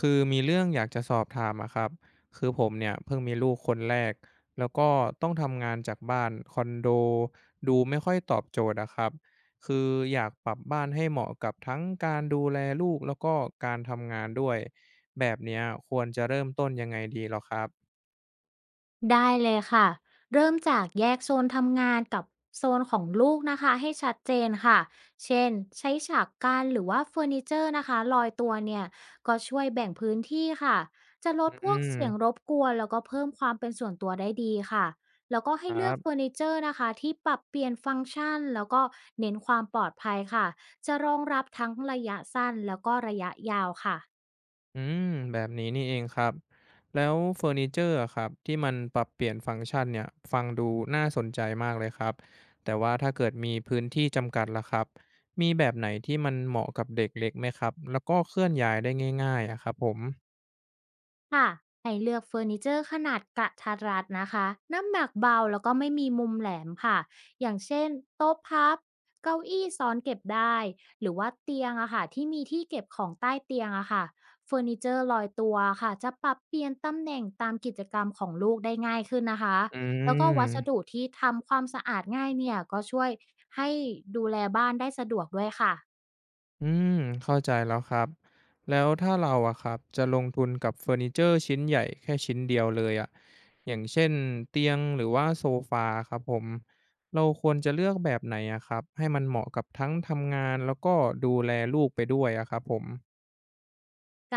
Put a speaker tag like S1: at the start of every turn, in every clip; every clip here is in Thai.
S1: คือมีเรื่องอยากจะสอบถามอะครับคือผมเนี่ยเพิ่งมีลูกคนแรกแล้วก็ต้องทำงานจากบ้านคอนโดดูไม่ค่อยตอบโจทย์อะครับคืออยากปรับบ้านให้เหมาะกับทั้งการดูแลลูกแล้วก็การทำงานด้วยแบบเนี้ยควรจะเริ่มต้นยังไงดีหรอครับ
S2: ได้เลยค่ะเริ่มจากแยกโซนทำงานกับโซนของลูกนะคะให้ชัดเจนค่ะเช่นใช้ฉากกั้นหรือว่าเฟอร์นิเจอร์นะคะลอยตัวเนี่ยก็ช่วยแบ่งพื้นที่ค่ะ จะล
S1: อื
S2: ดพวกเสียงร
S1: ม
S2: บกวนแล้วก็เพิ่มความเป็นส่วนตัวได้ดีค่ะ แล้วก็ให้
S1: ครั
S2: เลือกเฟอ
S1: บ
S2: ร์นิเจอร์นะคะที่ปรับเปลี่ยนฟังก์ชันแล้วก็เน้นความปลอดภัยค่ะจะรองรับทั้งระยะสั้นแล้วก็ระยะยาวค่ะ
S1: อืมแบบนี้นี่เองครับแล้วเฟอร์นิเจอร์อะครับที่มันปรับเปลี่ยนฟังก์ชันเนี่ยฟังดูน่าสนใจมากเลยครับแต่ว่าถ้าเกิดมีพื้นที่จำกัดล่ะครับมีแบบไหนที่มันเหมาะกับเด็กเล็กไหมครับแล้วก็เคลื่อนย้ายได้ง่ายๆอะครับผม
S2: ค่ะให้เลือกเฟอร์นิเจอร์ขนาดกระทัดรัดนะคะน้ำหนักเบาแล้วก็ไม่มีมุมแหลมค่ะอย่างเช่นโต๊ะพับเก้าอี้ซ้อนเก็บได้หรือว่าเตียงอะค่ะที่มีที่เก็บของใต้เตียงอะค่ะเฟอร์นิเจอร์ลอยตัวค่ะจะปรับเปลี่ยนตำแหน่งตามกิจกรรมของลูกได้ง่ายขึ้นนะคะ
S1: อื
S2: แล้วก็วัสดุ
S1: ม
S2: ที่ทำความสะอาดง่ายเนี่ยก็ช่วยให้ดูแลบ้านได้สะดวกด้วยค่ะ
S1: อืมเข้าใจแล้วครับแล้วถ้าเราอะครับจะลงทุนกับเฟอร์นิเจอร์ชิ้นใหญ่แค่ชิ้นเดียวเลยอะอย่างเช่นเตียงหรือว่าโซฟาครับผมเราควรจะเลือกแบบไหนอะครับให้มันเหมาะกับทั้งทำงานแล้วก็ดูแลลูกไปด้วยอะครับผม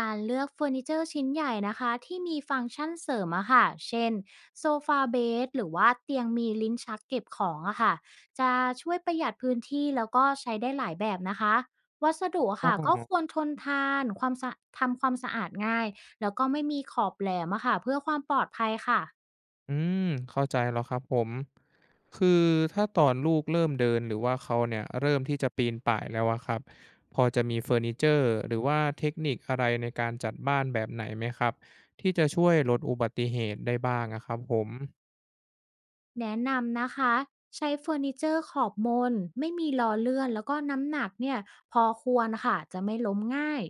S2: การเลือกเฟอร์นิเจอร์ชิ้นใหญ่นะคะที่มีฟังก์ชันเสริมอะค่ะเช่นโซฟาเบดหรือว่าเตียงมีลิ้นชักเก็บของอะค่ะจะช่วยประหยัดพื้นที่แล้วก็ใช้ได้หลายแบบนะคะวัสดุอะ
S1: อ๋
S2: ค่ะก็คว
S1: อ
S2: รทนทานความสะทำความสะอาดง่ายแล้วก็ไม่มีขอบแหลมอะค่ะเพื่อความปลอดภัยค่ะ
S1: อืมเข้าใจแล้วครับผมคือถ้าตอนลูกเริ่มเดินหรือว่าเขาเนี่ยเริ่มที่จะปีนป่ายแล้วอะครับพอจะมีเฟอร์นิเจอร์หรือว่าเทคนิคอะไรในการจัดบ้านแบบไหนไหมครับที่จะช่วยลดอุบัติเหตุได้บ้างอะครับผม
S2: แนะนำนะคะใช้เฟอร์นิเจอร์ขอบมนไม่มีล้อเลื่อนแล้วก็น้ำหนักเนี่ยพอควรค่ะจะไม่ล้มง่าย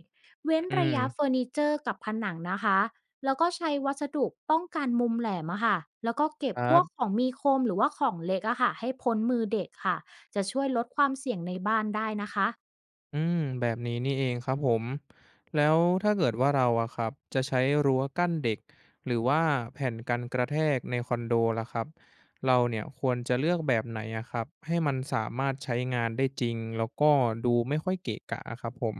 S2: เว้น
S1: อื
S2: ระยะเฟ
S1: ม
S2: อร์นิเจอร์กับผนังนะคะแล้วก็ใช้วัสดุป้องกันมุมแหลมอะค่ะแล้วก็เก็
S1: ค
S2: บพ
S1: รั
S2: วกข
S1: บ
S2: องมีคมหรือว่าของเล็กอะค่ะให้พ้นมือเด็กค่ะจะช่วยลดความเสี่ยงในบ้านได้นะคะ
S1: อืมแบบนี้นี่เองครับผมแล้วถ้าเกิดว่าเราอะครับจะใช้รั้วกั้นเด็กหรือว่าแผ่นกันกระแทกในคอนโดล่ะครับเราเนี่ยควรจะเลือกแบบไหนอะครับให้มันสามารถใช้งานได้จริงแล้วก็ดูไม่ค่อยเกะกะอะครับผม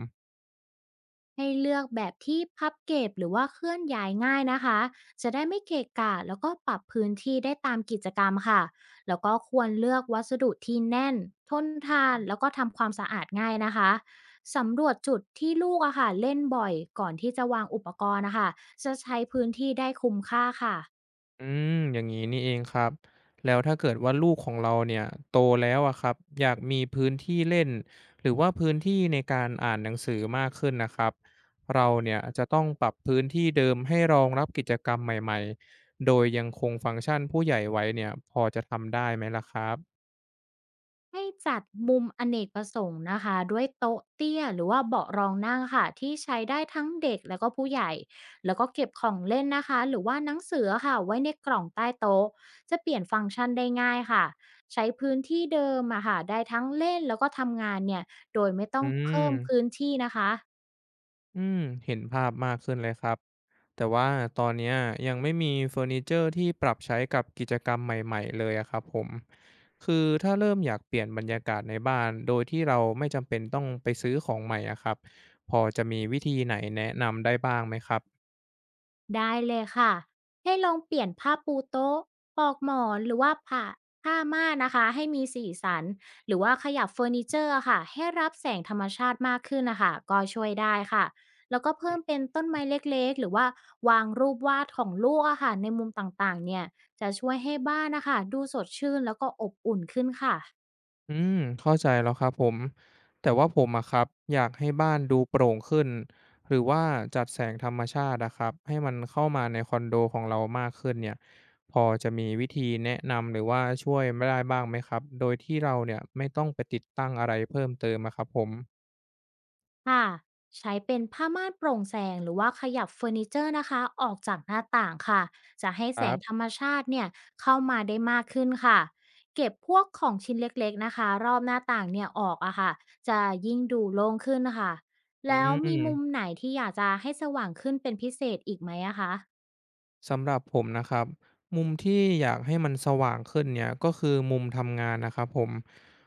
S2: ให้เลือกแบบที่พับเก็บหรือว่าเคลื่อนย้ายง่ายนะคะจะได้ไม่เกะกะแล้วก็ปรับพื้นที่ได้ตามกิจกรรมค่ะแล้วก็ควรเลือกวัสดุที่แน่นทนทานแล้วก็ทำความสะอาดง่ายนะคะ สำรวจจุดที่ลูกอะค่ะเล่นบ่อยก่อนที่จะวางอุปกรณ์นะคะจะใช้พื้นที่ได้คุ้มค่าค่ะ
S1: อืมอย่างนี้นี่เองครับแล้วถ้าเกิดว่าลูกของเราเนี่ยโตแล้วอะครับอยากมีพื้นที่เล่นหรือว่าพื้นที่ในการอ่านหนังสือมากขึ้นนะครับเราเนี่ยจะต้องปรับพื้นที่เดิมให้รองรับกิจกรรมใหม่ๆโดยยังคงฟังก์ชันผู้ใหญ่ไว้เนี่ยพอจะทำได้ไหมล่ะครับ
S2: ให้จัดมุมอเนกประสงค์นะคะด้วยโต๊ะเตี้ยหรือว่าเบาะรองนั่งค่ะที่ใช้ได้ทั้งเด็กแล้วก็ผู้ใหญ่แล้วก็เก็บของเล่นนะคะหรือว่าหนังสือค่ะไว้ในกล่องใต้โต๊ะจะเปลี่ยนฟังก์ชันได้ง่ายค่ะใช้พื้นที่เดิมอะค่ะได้ทั้งเล่นแล้วก็ทำงานเนี่ยโดยไม่ต้อ
S1: อื
S2: งเพิ่มพื้
S1: ม
S2: นที่นะคะ
S1: อืมเห็นภาพมากขึ้นเลยครับแต่ว่าตอนเนี้ยยังไม่มีเฟอร์นิเจอร์ที่ปรับใช้กับกิจกรรมใหม่ๆเลยอะครับผมคือถ้าเริ่มอยากเปลี่ยนบรรยากาศในบ้านโดยที่เราไม่จำเป็นต้องไปซื้อของใหม่อะครับพอจะมีวิธีไหนแนะนำได้บ้างไหมครับ
S2: ได้เลยค่ะให้ลองเปลี่ยนผ้าปูโต๊ะปลอกหมอนหรือว่าผ้าม่านนะคะให้มีสีสันหรือว่าขยับเฟอร์นิเจอร์อะค่ะให้รับแสงธรรมชาติมากขึ้นนะคะก็ช่วยได้ค่ะแล้วก็เพิ่มเป็นต้นไม้เล็กๆหรือว่าวางรูปวาดของลูกอะค่ะในมุมต่างๆเนี่ยจะช่วยให้บ้านนะคะดูสดชื่นแล้วก็อบอุ่นขึ้นค่ะ
S1: อืมเข้าใจแล้วครับผมแต่ว่าผมอะครับอยากให้บ้านดูโปร่งขึ้นหรือว่าจัดแสงธรรมชาติอะครับให้มันเข้ามาในคอนโดของเรามากขึ้นเนี่ยพอจะมีวิธีแนะนำหรือว่าช่วยไม่ได้บ้างไหมครับโดยที่เราเนี่ยไม่ต้องไปติดตั้งอะไรเพิ่มเติมอะครับผม
S2: ค่ะใช้เป็นผ้าม่านโปร่งแสงหรือว่าขยับเฟอร์นิเจอร์นะคะออกจากหน้าต่างค่ะจะให้
S1: ค
S2: แส
S1: รั
S2: งธ
S1: บ
S2: รรมชาติเนี่ยเข้ามาได้มากขึ้นค่ะเก็บพวกของชิ้นเล็กๆนะคะรอบหน้าต่างเนี่ยออกอะค่ะจะยิ่งดูโล่งขึ้นค่ะ
S1: อื
S2: แล้วมีมุม
S1: ม
S2: ไหนที่อยากจะให้สว่างขึ้นเป็นพิเศษอีกไหมอะคะ
S1: สำหรับผมนะครับมุมที่อยากให้มันสว่างขึ้นเนี่ยก็คือมุมทำงานนะครับผม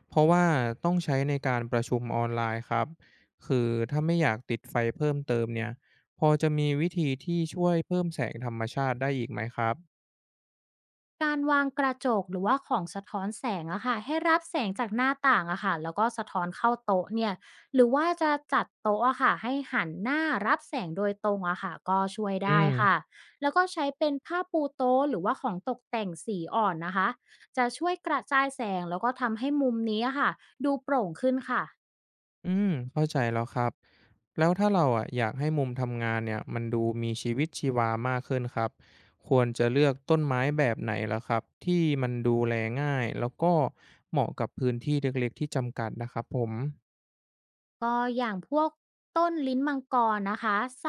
S1: เพราะว่าต้องใช้ในการประชุมออนไลน์ครับคือถ้าไม่อยากติดไฟเพิ่มเติมเนี่ยพอจะมีวิธีที่ช่วยเพิ่มแสงธรรมชาติได้อีกไหมครับ
S2: การวางกระจกหรือว่าของสะท้อนแสงอะค่ะให้รับแสงจากหน้าต่างอะค่ะแล้วก็สะท้อนเข้าโต๊ะเนี่ยหรือว่าจะจัดโต๊ะอะค่ะให้หันหน้ารับแสงโดยตรงอะค่ะก็ช่วย
S1: อื
S2: ได้
S1: ม
S2: ค่ะแล้วก็ใช้เป็นผ้าปูโต๊ะหรือว่าของตกแต่งสีอ่อนนะคะจะช่วยกระจายแสงแล้วก็ทำให้มุมนี้อะค่ะดูโปร่งขึ้นค่ะ
S1: อืมเข้าใจแล้วครับแล้วถ้าเราอะอยากให้มุมทำงานเนี่ยมันดูมีชีวิตชีวามากขึ้นครับควรจะเลือกต้นไม้แบบไหนล่ะครับที่มันดูแลง่ายแล้วก็เหมาะกับพื้นที่เล็กๆที่จำกัดนะครับผม
S2: ก็อย่างพวกต้นลิ้นมังกรนะคะไซ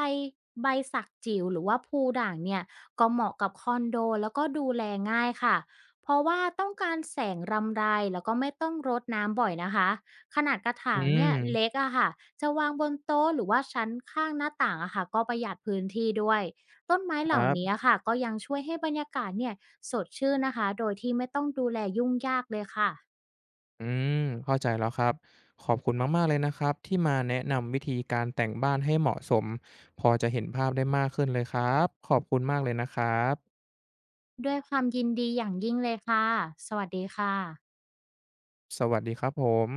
S2: ใบสักจิ๋วหรือว่าภูด่างเนี่ยก็เหมาะกับคอนโดแล้วก็ดูแลง่ายค่ะ เพราะว่าต้องการแสงรำไรแล้วก็ไม่ต้องรดน้ำบ่อยนะคะ ขนาดกระถา
S1: อื
S2: งเนี่ย
S1: ม
S2: เล็กอะค่ะจะวางบนโต๊ะหรือว่าชั้นข้างหน้าต่างอะค่ะก็ประหยัดพื้นที่ด้วยต้นไม้
S1: ค
S2: เห
S1: รั
S2: ล่านี้
S1: บ
S2: ค่ะก็ยังช่วยให้บรรยากาศเนี่ยสดชื่นนะคะโดยที่ไม่ต้องดูแลยุ่งยากเลยค่ะ
S1: อืมเข้าใจแล้วครับขอบคุณมากๆเลยนะครับที่มาแนะนำวิธีการแต่งบ้านให้เหมาะสมพอจะเห็นภาพได้มากขึ้นเลยครับขอบคุณมากเลยนะครับ
S2: ด้วยความยินดีอย่างยิ่งเลยค่ะสวัสดีค่ะ
S1: สวัสดีครับผม